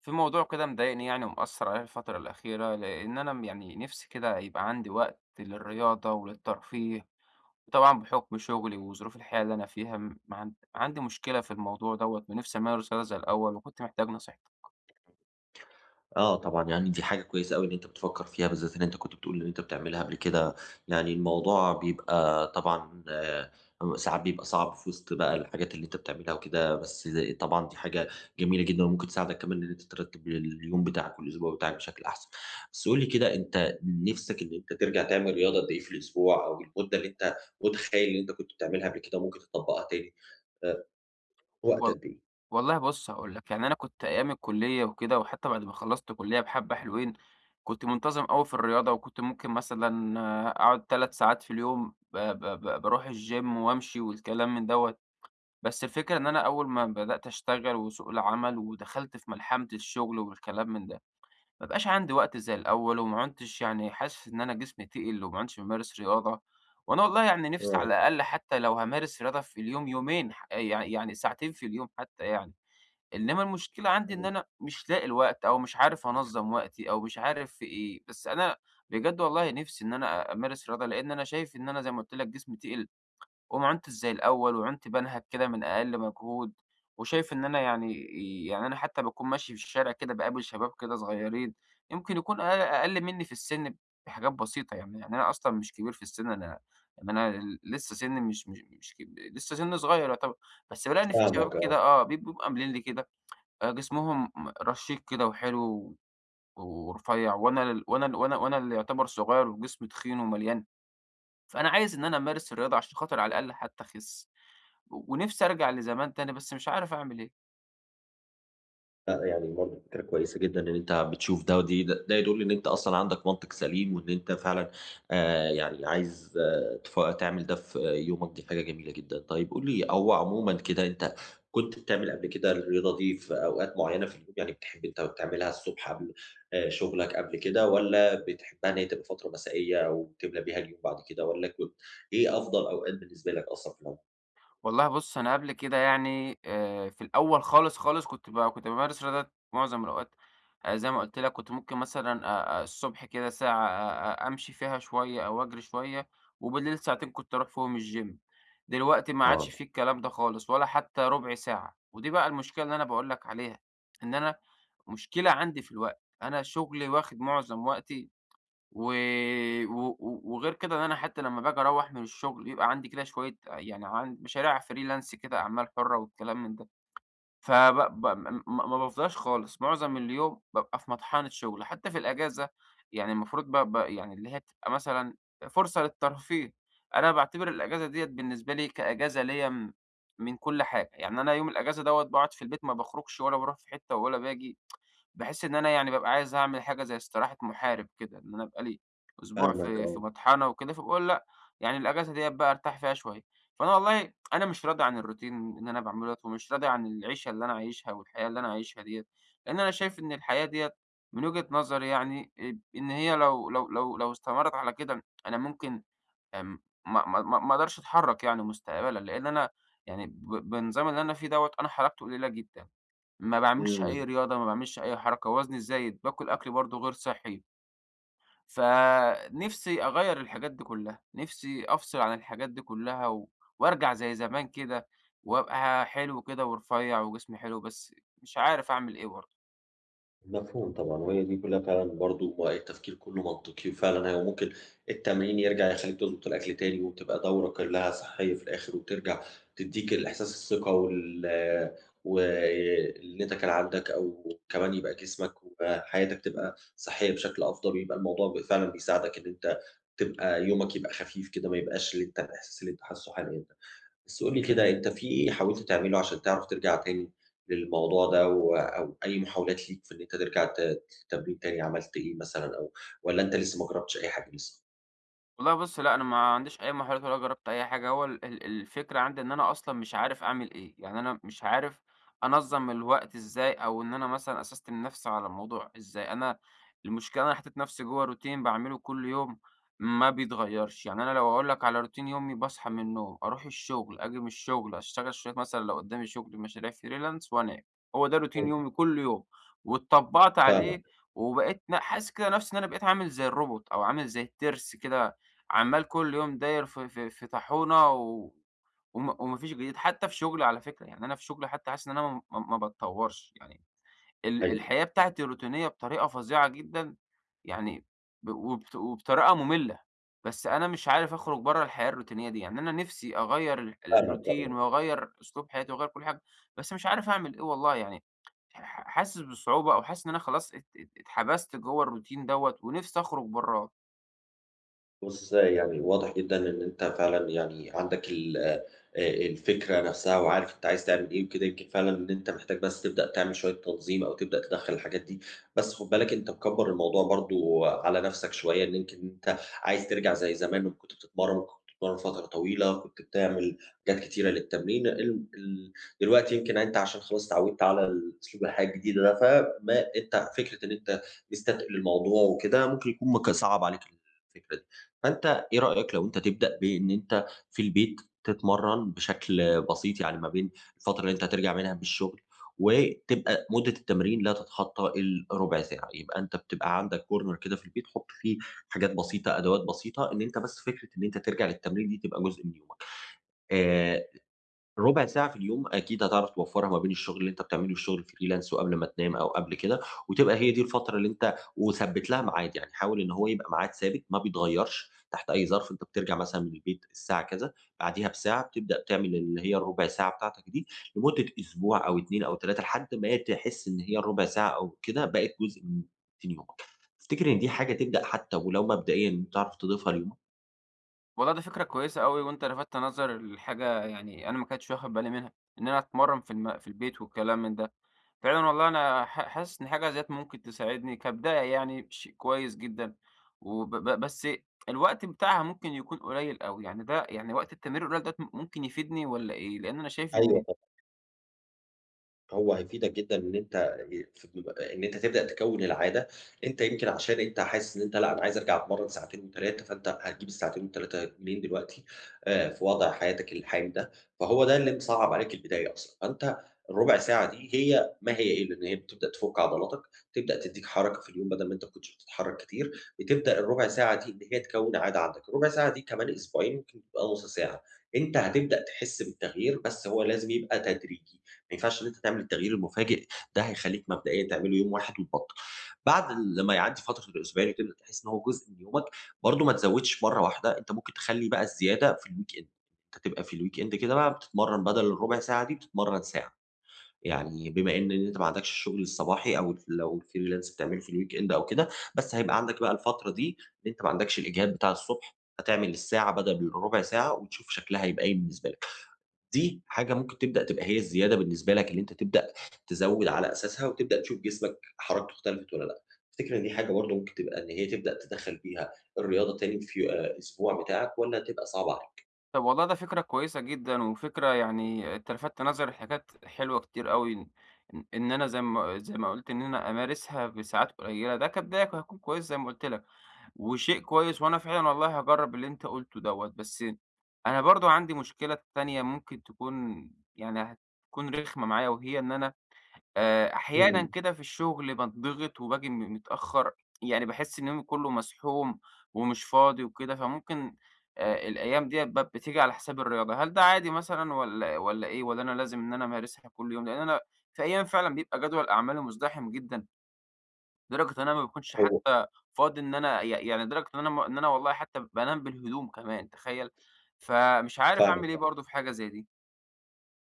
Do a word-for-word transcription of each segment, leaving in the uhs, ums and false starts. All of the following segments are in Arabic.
في موضوع كده مضايقني، يعني، ومأثر عليا الفترة الأخيرة، لأن أنا م- يعني نفسي كده يبقى عندي وقت للرياضة وللترفيه. وطبعا بحكم شغلي وظروف الحياة اللي أنا فيها، م- عن- عندي مشكلة في الموضوع دوت، ونفسي أمارس رياضة زي الأول، وكنت محتاج نصيحتك. آه طبعًا، يعني دي حاجة كويسة أوي إن أنت بتفكّر فيها، بالذات إن أنت كنت بتقول إن أنت بتعملها قبل كده، يعني الموضوع بيبقى طبعًا م ساعات بيبقى صعب في وسط بقى الحاجات اللي أنت بتعملها وكده، بس زي- طبعًا دي حاجة جميلة جدًا وممكن تساعدك كمان إن أنت ترتّب اليوم بتاعك والأسبوع بتاعك بشكل أحسن. بس قُل لي كده أنت نِفْسك إن أنت ترجع تعمل رياضة قد إيه في الأسبوع أو المدة اللي أنت متخيّل إن أنت كنت بتعملها قبل كده وممكن تطبّقها تاني، آآ وقت وال- قد إيه؟ والله بص، هقول لك، يعني أنا كنت أيام الكلية وكده، وحتى بعد ما خلصت كلية بحبة حلوين كنت منتظم أوي في الرياضة، وكنت ممكن مثلا آه، أقعد ثلاث ساعات في اليوم، ب- ب- ب- بروح الجيم وأمشي والكلام من دوت. بس الفكرة إن أنا أول ما بدأت أشتغل وسوق العمل ودخلت في ملحمة الشغل والكلام من ده، ما بقاش عندي وقت زي الأول، وما عُدتش، يعني، حاسس إن أنا جسمي تِقِل، وما عُدتش بامارس رياضة. وأنا والله، يعني، نِفْسي على آه، الأقل حتى لو هامارس رياضة في اليوم يومين، ح يع يعني ساعتين في اليوم حتى، يعني، إنما المشكلة عندي إن إمم، أنا مش لاقي الوقت، أو مش عارف أنظّم وقتي، أو مش عارف في إيه، بس أنا بجد والله نِفْسي إن أنا أمارس رياضة، لإن أنا شايف إن أنا زي ما قُلت لك جسمي تِقِل، وما عُنتش زي الأول، وعُنت بانهَج كده من أقل مجهود. وشايف إن أنا، يعني، يعني أنا حتى باكون ماشي في الشارع كده، باقابل شباب كده صغيّرين، يمكن يكون أقل أقل منّي في السِن بحاجات بسيطة، يعني. يعني أنا أصلًا مش كبير في السِن، أنا، يعني، أنا ل لسه سِنّي مش مش مش كب لسه سِنّي صغيّر يعتبر، بس بالاقي إن في شباب فاهمك كده، آه. آه، بيب بيبقوا عاملين لي كده، آآ جسمهم رشيق كده وحلو ورفيّع. وأنا ال وأنا ال وأنا وأنا اللي يعتبر صغيّر، وجسمي تخين ومليان، فأنا عايز إن أنا أمارس الرياضة عشان خاطر على الأقل حتى أخِس. ونفسي أرجع لزمان تاني، بس مش عارف أعمل إيه. لأ، يعني برضه فكرة كويسة جدًا إن أنت بتشوف ده ودي ده ده يدل إن أنت أصلًا عندك منطق سليم، وإن أنت فعلًا آآ، يعني عايز آه تف تعمل ده في يومك، دي حاجة جميلة جدًا. طيب قُل لي هو عمومًا كده أنت كنت بتعمل قبل كده الرياضة دي في أوقات معيّنة في اليوم، يعني بتحب أنت تعملها الصبح قبل آآ، شغلك قبل كده والّا بتحبها إن هي تبقى فترة مسائية وتملى بيها اليوم بعد كده والّا كنت إيه أفضل أوقات بالنسبة لك أصلًا في العموم؟ والله بُص، أنا قبل كده، يعني، آآ في الأول خالص، خالص كنت ب كنت بامارس رياضة معظم الأوقات. آآ زي ما قُلت لك، كنت ممكن مثلًا أ أ الصبح كده ساعة، أ أ أمشي فيها شوية أو أجري شوية، وبالليل ساعتين كنت أروح فيهم الgym. دلوقتي ما عادش آه، في الكلام ده خالص، ولا حتى ربع ساعة، ودي بقى المشكلة اللي أنا باقول لك عليها، إن أنا مشكلة عندي في الوقت. أنا شغلي واخد معظم وقتي، و و و وغير كده إن أنا حتى لمّا باجي أروّح من الشغل، يبقى عندي كده شوية، يعني، عن مشاريع freelance كده، أعمال حُرّة والكلام من ده، فب ب م ما ما بافضاش خالص. معظم اليوم بابقى في مطحنة شغل، حتى في الأجازة، يعني المفروض ب ب يعني اللي هي بتبقى مثلًا فرصة للترفيه، أنا باعتبر الأجازة ديّة بالنسبة لي كأجازة ليّا م من كل حاجة. يعني أنا يوم الأجازة دوّة باقعد في البيت، ما باخرجش ولا باروح في حتة ولا باجي. باحس إن أنا، يعني، بابقى عايز أعمل حاجة زي استراحة محارب كده، إن أنا أبقى لي أسبوع فاهمك في في آه، مطحنة وكده، فباقول لأ، يعني الأجازة ديّة بقى أرتاح فيها شوية. فأنا والله أنا مش راضي عن الروتين اللي أنا باعمله دوّة، ومش راضي عن العيشة اللي أنا عايشها والحياة اللي أنا عايشها ديّة، لإن أنا شايف إن الحياة ديّة من وجهة نظري، يعني، آآ، إن هي لو لو لو لو استمرت على كده أنا ممكن، آمم، ما ما ما ما أقدرش أتحرك، يعني، مستقبلًا، لإن أنا، يعني، ب بنظام اللي أنا فيه دوّة أنا حركته قليلة جدًا. ما باعملش إمم. أي رياضة، ما باعملش أي حركة، وزني زايد، باكل أكل برضه غير صحّي. فنِفْسي أغيّر الحاجات دي كلّها، نِفْسي أفصل عن الحاجات دي كلّها، و وأرجع زي زمان كده، وأبقى حلو كده ورفيّع وجسمي حلو، بس مش عارف أعمل إيه برضه. مفهوم طبعًا، وهي دي كلّها فعلًا برضه ما التفكير كلّه منطقي، وفعلًا هو ممكن التمرين يرجع يخلّيك تضبط الأكل تاني، وتبقى دورة كلّها صحية في الآخر، وترجع تدّيك الإحساس الثقة وال واللي أنت كان عندك، أو كمان يبقى جسمك وحياتك تبقى صحية بشكل أفضل، ويبقى الموضوع ب فعلًا بيساعدك إن أنت تبقى يومك يبقى خفيف كده، ما يبقاش اللي أنت الإحساس اللي أنت حاسُّه حاليًا. بس قُل لي كده، أنت في إيه حاولت تعمله عشان تعرف ترجع تاني للموضوع ده و أو أي محاولات ليك في إن أنت ترجع ت تمرين تاني عملت إيه مثلًا أو والّا أنت لسه ما جرّبتش أي حاجة لسه؟ والله بُص، لأ، أنا ما عنديش أي محاولات ولا جرّبت أي حاجة. هو ال ال الفكرة عندي إن أنا أصلًا مش عارف أعمل إيه، يعني أنا مش عارف أنظّم الوقت إزاي، أو إن أنا مثلًا أسستم نفسي على الموضوع إزاي. أنا المشكلة أنا حطيت نفسي جوّه روتين باعمله كل يوم ما بيتغيّرش. يعني أنا لو أقول لك على روتين يومي: باصحى من النوم، أروح الشغل، آجي من الشغل، أشتغل شوية، مثلًا لو قدّامي شغل مشاريع freelance، وأنام. هو ده روتين إمم، يومي كل يوم، واتطبّعت عليه، فاهمك، وبقيت ن حاسس كده نفسي إن أنا بقيت عامل زي الروبوت أو عامل زي التِرس كده، عمّال كل يوم داير في في في طاحونة و وم وما فيش جديد، حتى في شغلي على فكرة. يعني أنا في شغلي حتى حاسس إن أنا ما ما ما باتطوّرش، يعني ال أيوه، الحياة بتاعتي روتينية بطريقة فظيعة جدًا، يعني ب وبط وبطريقة مُمِلّة. بس أنا مش عارف أخرج برّه الحياة الروتينية دي، يعني أنا نِفْسي أغيّر ال فاهمك طبعًا. الروتين، وأغيّر أسلوب حياتي، وأغيّر كل حاجة، بس مش عارف أعمل إيه، والله، يعني، ح حاسس بصعوبة، أو حاسس إن أنا خلاص ات ات اتحبست جوّه الروتين دوّة، ونِفْسي أخرج برّاه. بُص، يعني واضح جدًا إن أنت فعلًا يعني عندك ال آآ الفكرة نفسها وعارف أنت عايز تعمل إيه وكده، يمكن فعلًا إن أنت محتاج بس تبدأ تعمل شوية تنظيم أو تبدأ تدخّل الحاجات دي، بس خُد بالك أنت مكبّر الموضوع برضه على نفسك شوية، إن يمكن أنت عايز ترجع زي زمان لمّا كنت بتتمرّن، كنت بتتمرّن فترة طويلة، كنت بتعمل حاجات كتيرة للتمرين، ال ال دلوقتي يمكن أنت عشان خلاص اتعوّدت على الأسلوب الحياة الجديد ده، فما أنت فكرة إن أنت مستتقل الموضوع وكده ممكن يكون مك صعَب عليك الفكرة دي. فأنت إيه رأيك لو أنت تبدأ بإن أنت في البيت تتمرّن بشكل بسيط، يعني ما بين الفترة اللي أنت هترجع منها من الشغل، وتبقى مدة التمرين لا تتخطى الربع ساعة، يبقى أنت بتبقى عندك corner كده في البيت حُط فيه حاجات بسيطة، أدوات بسيطة، إن أنت بس فكرة إن أنت ترجع للتمرين دي تبقى جزء من يومك. آآ ربع ساعة في اليوم أكيد هتعرف توفّرها ما بين الشغل اللي أنت بتعمله، الشغل freelance وقبل ما تنام أو قبل كده، وتبقى هي دي الفترة اللي أنت وثبّت لها ميعاد، يعني حاول إن هو يبقى ميعاد ثابت ما بيتغيّرش تحت أي ظرف، أنت بترجع مثلًا من البيت الساعة كذا، بعديها بساعة بتبدأ تعمل اللي هي الربع ساعة بتاعتك دي لمدة أسبوع أو اثنين أو ثلاثة لحد ما تحس إن هي الربع ساعة أو كده بقت جزء من روتين يومك. تفتكر إن دي حاجة تبدأ حتى ولو مبدئيًا تعرف تضيفها ليومك؟ والله ده فكرة كويسة أوي، وأنت لفتت نظري لحاجة، يعني أنا ما كنتش واخد بالي منها، إن أنا أتمرن في الم في البيت والكلام من ده. فعلًا والله أنا ح حاسس إن حاجة ديّة ممكن تساعدني كبداية، يعني شيء كويس جدًا، وب ب بس الوقت بتاعها ممكن يكون قليل أوي، يعني، ده يعني وقت التمرين القليل ده م ممكن يفيدني والّا إيه؟ لأن أنا شايف أيوه إن طبعًا. هو هيفيدك جدًا إن أنت في إن أنت تبدأ تكوّن العادة، أنت يمكن عشان أنت حاسس إن أنت لأ، أنا عايز أرجع أتمرّن ساعتين و3 فأنت هتجيب الساعتين و3 منين دلوقتي، آآ في وضع حياتك الحالي ده، فهو ده اللي مصعّب عليك البداية أصلًا، فأنت الربع ساعة دي هي ما هي إلا إن هي بتبدأ تفُك عضلاتك، تبدأ تدّيك حركة في اليوم بدل ما أنت ما كنتش بتتحرك كتير، بتبدأ الربع ساعة دي إن هي تكوّن عادة عندك، الربع ساعة دي كمان أسبوعين ممكن تبقى نُص ساعة، أنت هتبدأ تحس بالتغيير بس هو لازم يبقى تدريجي. ما ينفعش إن أنت تعمل التغيير المفاجئ، ده هيخلّيك مبدئيًا تعمله يوم واحد وتبطّل. بعد لمّا يعدّي فترة الأسبوعين وتبدأ تحس إن هو جزء من يومك، برضه ما تزوّدش مرّة واحدة، أنت ممكن تخلّي بقى الزيادة في الweekend، أنت تبقى في الweekend كده بقى بتتمرّن بدل الربع ساعة دي بتتمرّن ساعة، يعني بما إن أنت ما عندكش الشغل الصباحي أو لو الfreelance بتعمله في الweekend أو كده، بس هيبقى عندك بقى الفترة دي إن أنت ما عندكش الإجهاد بتاع الصبح، هتعمل الساعة بدل الربع ساعة وتشوف شكلها هيبقى إيه بالنسبة لك. دي حاجة ممكن تبدأ تبقى هي الزيادة بالنسبة لك اللي أنت تبدأ تزوّد على أساسها وتبدأ تشوف جسمك حركته اختلفت والّا لأ. تفتكر إن دي حاجة برضه ممكن تبقى إن هي تبدأ تدخّل بيها الرياضة تاني في آآ الأسبوع بتاعك والّا هتبقى صعبة عليك؟ طب والله ده فكرة كويسة جدًا، وفكرة، يعني، أنت لفتت نظري لحاجات حلوة كتير أوي، إن إن أنا زي ما زي ما قُلت إن أنا أمارسها بساعات قليلة، ده كبداية هيكون كويس زي ما قُلت لك. وشيء كويس. وأنا فعلًا والله هاجرّب اللي أنت قُلته دوّة، بس أنا برضه عندي مشكلة تانية ممكن تكون، يعني، هتكون رخمة معايا، وهي إن أنا آآ أحيانًا إمم. كده في الشغل باتضغط، وباجي م متأخّر، يعني باحس إن يومي كُلّه مزحوم ومش فاضي وكده، فممكن آآ الأيام ديّة ب بتيجي على حساب الرياضة. هل ده عادي مثلًا، والّا والّا إيه، والّا أنا لازم إن أنا أمارسها كل يوم؟ لإن أنا في أيام فعلًا بيبقى جدول أعمالي مزدحم جدًا، لدرجة إن أنا ما باكونش هو حتى فاضي، إن أنا، ي يعني، لدرجة إن أنا م إن أنا والله حتى بانام بالهدوم كمان، تخيّل! فمش عارف أعمل إيه فاهمك برضه في حاجة زي دي.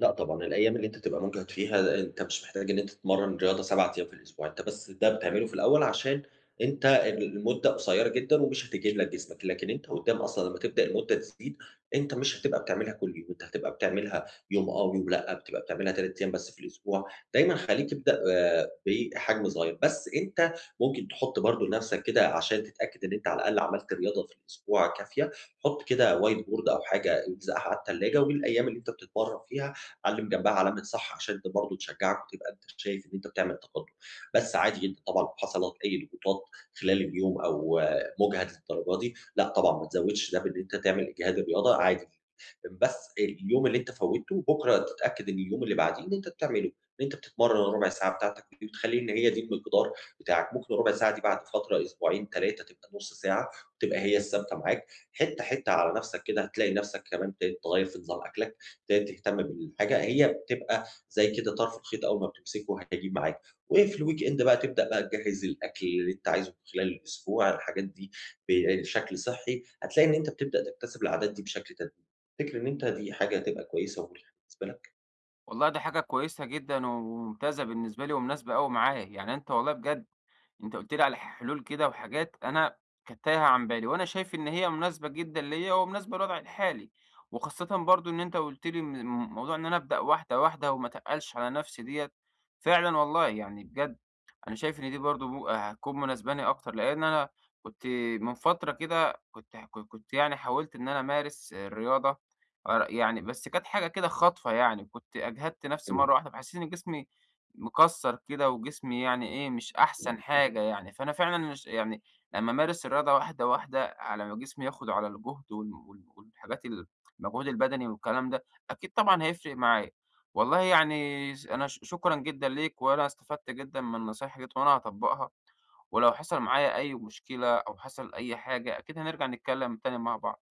لأ طبعًا، الأيام اللي أنت تبقى مُجهد فيها أنت مش محتاج إن أنت تتمرّن رياضة سبعة أيام في الأسبوع، أنت بس ده بتعمله في الأول عشان أنت ال المدة قصيّرة جدًا ومش هتجهد لك جسمك، لكن أنت قدّام أصلًا لمّا تبدأ المدة تزيد، أنت مش هتبقى بتعملها كل يوم، أنت هتبقى بتعملها يوم آه ويوم لأ، بتبقى بتعملها تلات أيام بس في الأسبوع، دايمًا خلّيك ابدأ آآ بحجم صغيّر، بس أنت ممكن تحُط برضه لنَفْسك كده عشان تتأكد إن أنت على الأقل عملت رياضة في الأسبوع كافية، حُط كده white board أو حاجة الزقها على التلاجة، والأيام اللي أنت بتتمرّن فيها علّم جنبها علامة صح عشان أنت برضه تشجّعك وتبقى أنت شايف إن أنت بتعمل تقدُّم. بس عادي جدًا طبعًا لو حصلت أي ضغوطات خلال اليوم أو آه، مُجهد للدرجة دي، لأ طبعًا ما تزوّدش ده بإن أنت تعمل إجهاد الرياضة عادي. بس اليوم اللي أنت فوّتّه بُكرة تتأكد إن اليوم اللي بعديه إن أنت بتعمله، إن أنت بتتمرّن الرُبع ساعة بتاعتك دي وتخلّي إن هي دي المقدار بتاعك. ممكن الرُبع ساعة دي بعد فترة أسبوعين، تلاتة تبقى نُص ساعة وتبقى هي الثابتة معاك، حِتّة، حِتّة على نَفْسك كده هتلاقي نَفْسك كمان ابتديت تغيّر في نظام أكلك. ت تهتم بالحاجة، هي بتبقى زي كده طرف الخيط أول ما بتمسكه هيجيب معاك، وفي الweekend بقى تبدأ بقى تجهّز الأكل اللي أنت عايزه خلال الأسبوع، الحاجات دي بشكل صحّي، هتلاقي إن أنت بتبدأ تكتسب العادات دي بشكل تدريجي، تفتكر إن أنت دي حاجة هتبقى كويسة ومريحة بالنسبة لك؟ والله دي حاجة كويسة جدًا وممتازة بالنسبة لي ومناسبة أوي معايا، يعني أنت والله بجد أنت قُلت لي على حلول كده وحاجات أنا كانت تايهة عن بالي، وأنا شايف إن هي مناسبة جدًا ليّا ومناسبة لوضعي الحالي، وخاصةً برضه إن أنت قُلت لي م م موضوع إن أنا أبدأ واحدة واحدة وما أتقّلش على نفسي ديّة. فعلًا والله، يعني، بجد أنا شايف إن دي برضه م هتكون مناسباني أكتر، لإن أنا كنت من فترة كده كنت ك كنت، يعني، حاولت إن أنا أمارس الرياضة، آآ يعني بس كانت حاجة كده خاطفة، يعني، وكنت أجهدت نفسي إمم. مرّة واحدة، فحسيت إن جسمي مكسّر كده، وجسمي، يعني، إيه، مش أحسن حاجة، يعني. فأنا فعلًا مش، يعني، لمّا أمارس الرياضة واحدة، واحدة، على ما جسمي ياخُد على الجهد وال وال والحاجات، ال المجهود البدني والكلام ده، أكيد طبعًا هيفرق معايا. والله، يعني، س أنا ش شكرًا جدًا ليك، وأنا استفدت جدًا من النصايح ديّة، وأنا هاطبّقها، ولو حصل معايا أي مشكلة أو حصل أي حاجة، أكيد هنرجع نتكلّم تاني مع بعض.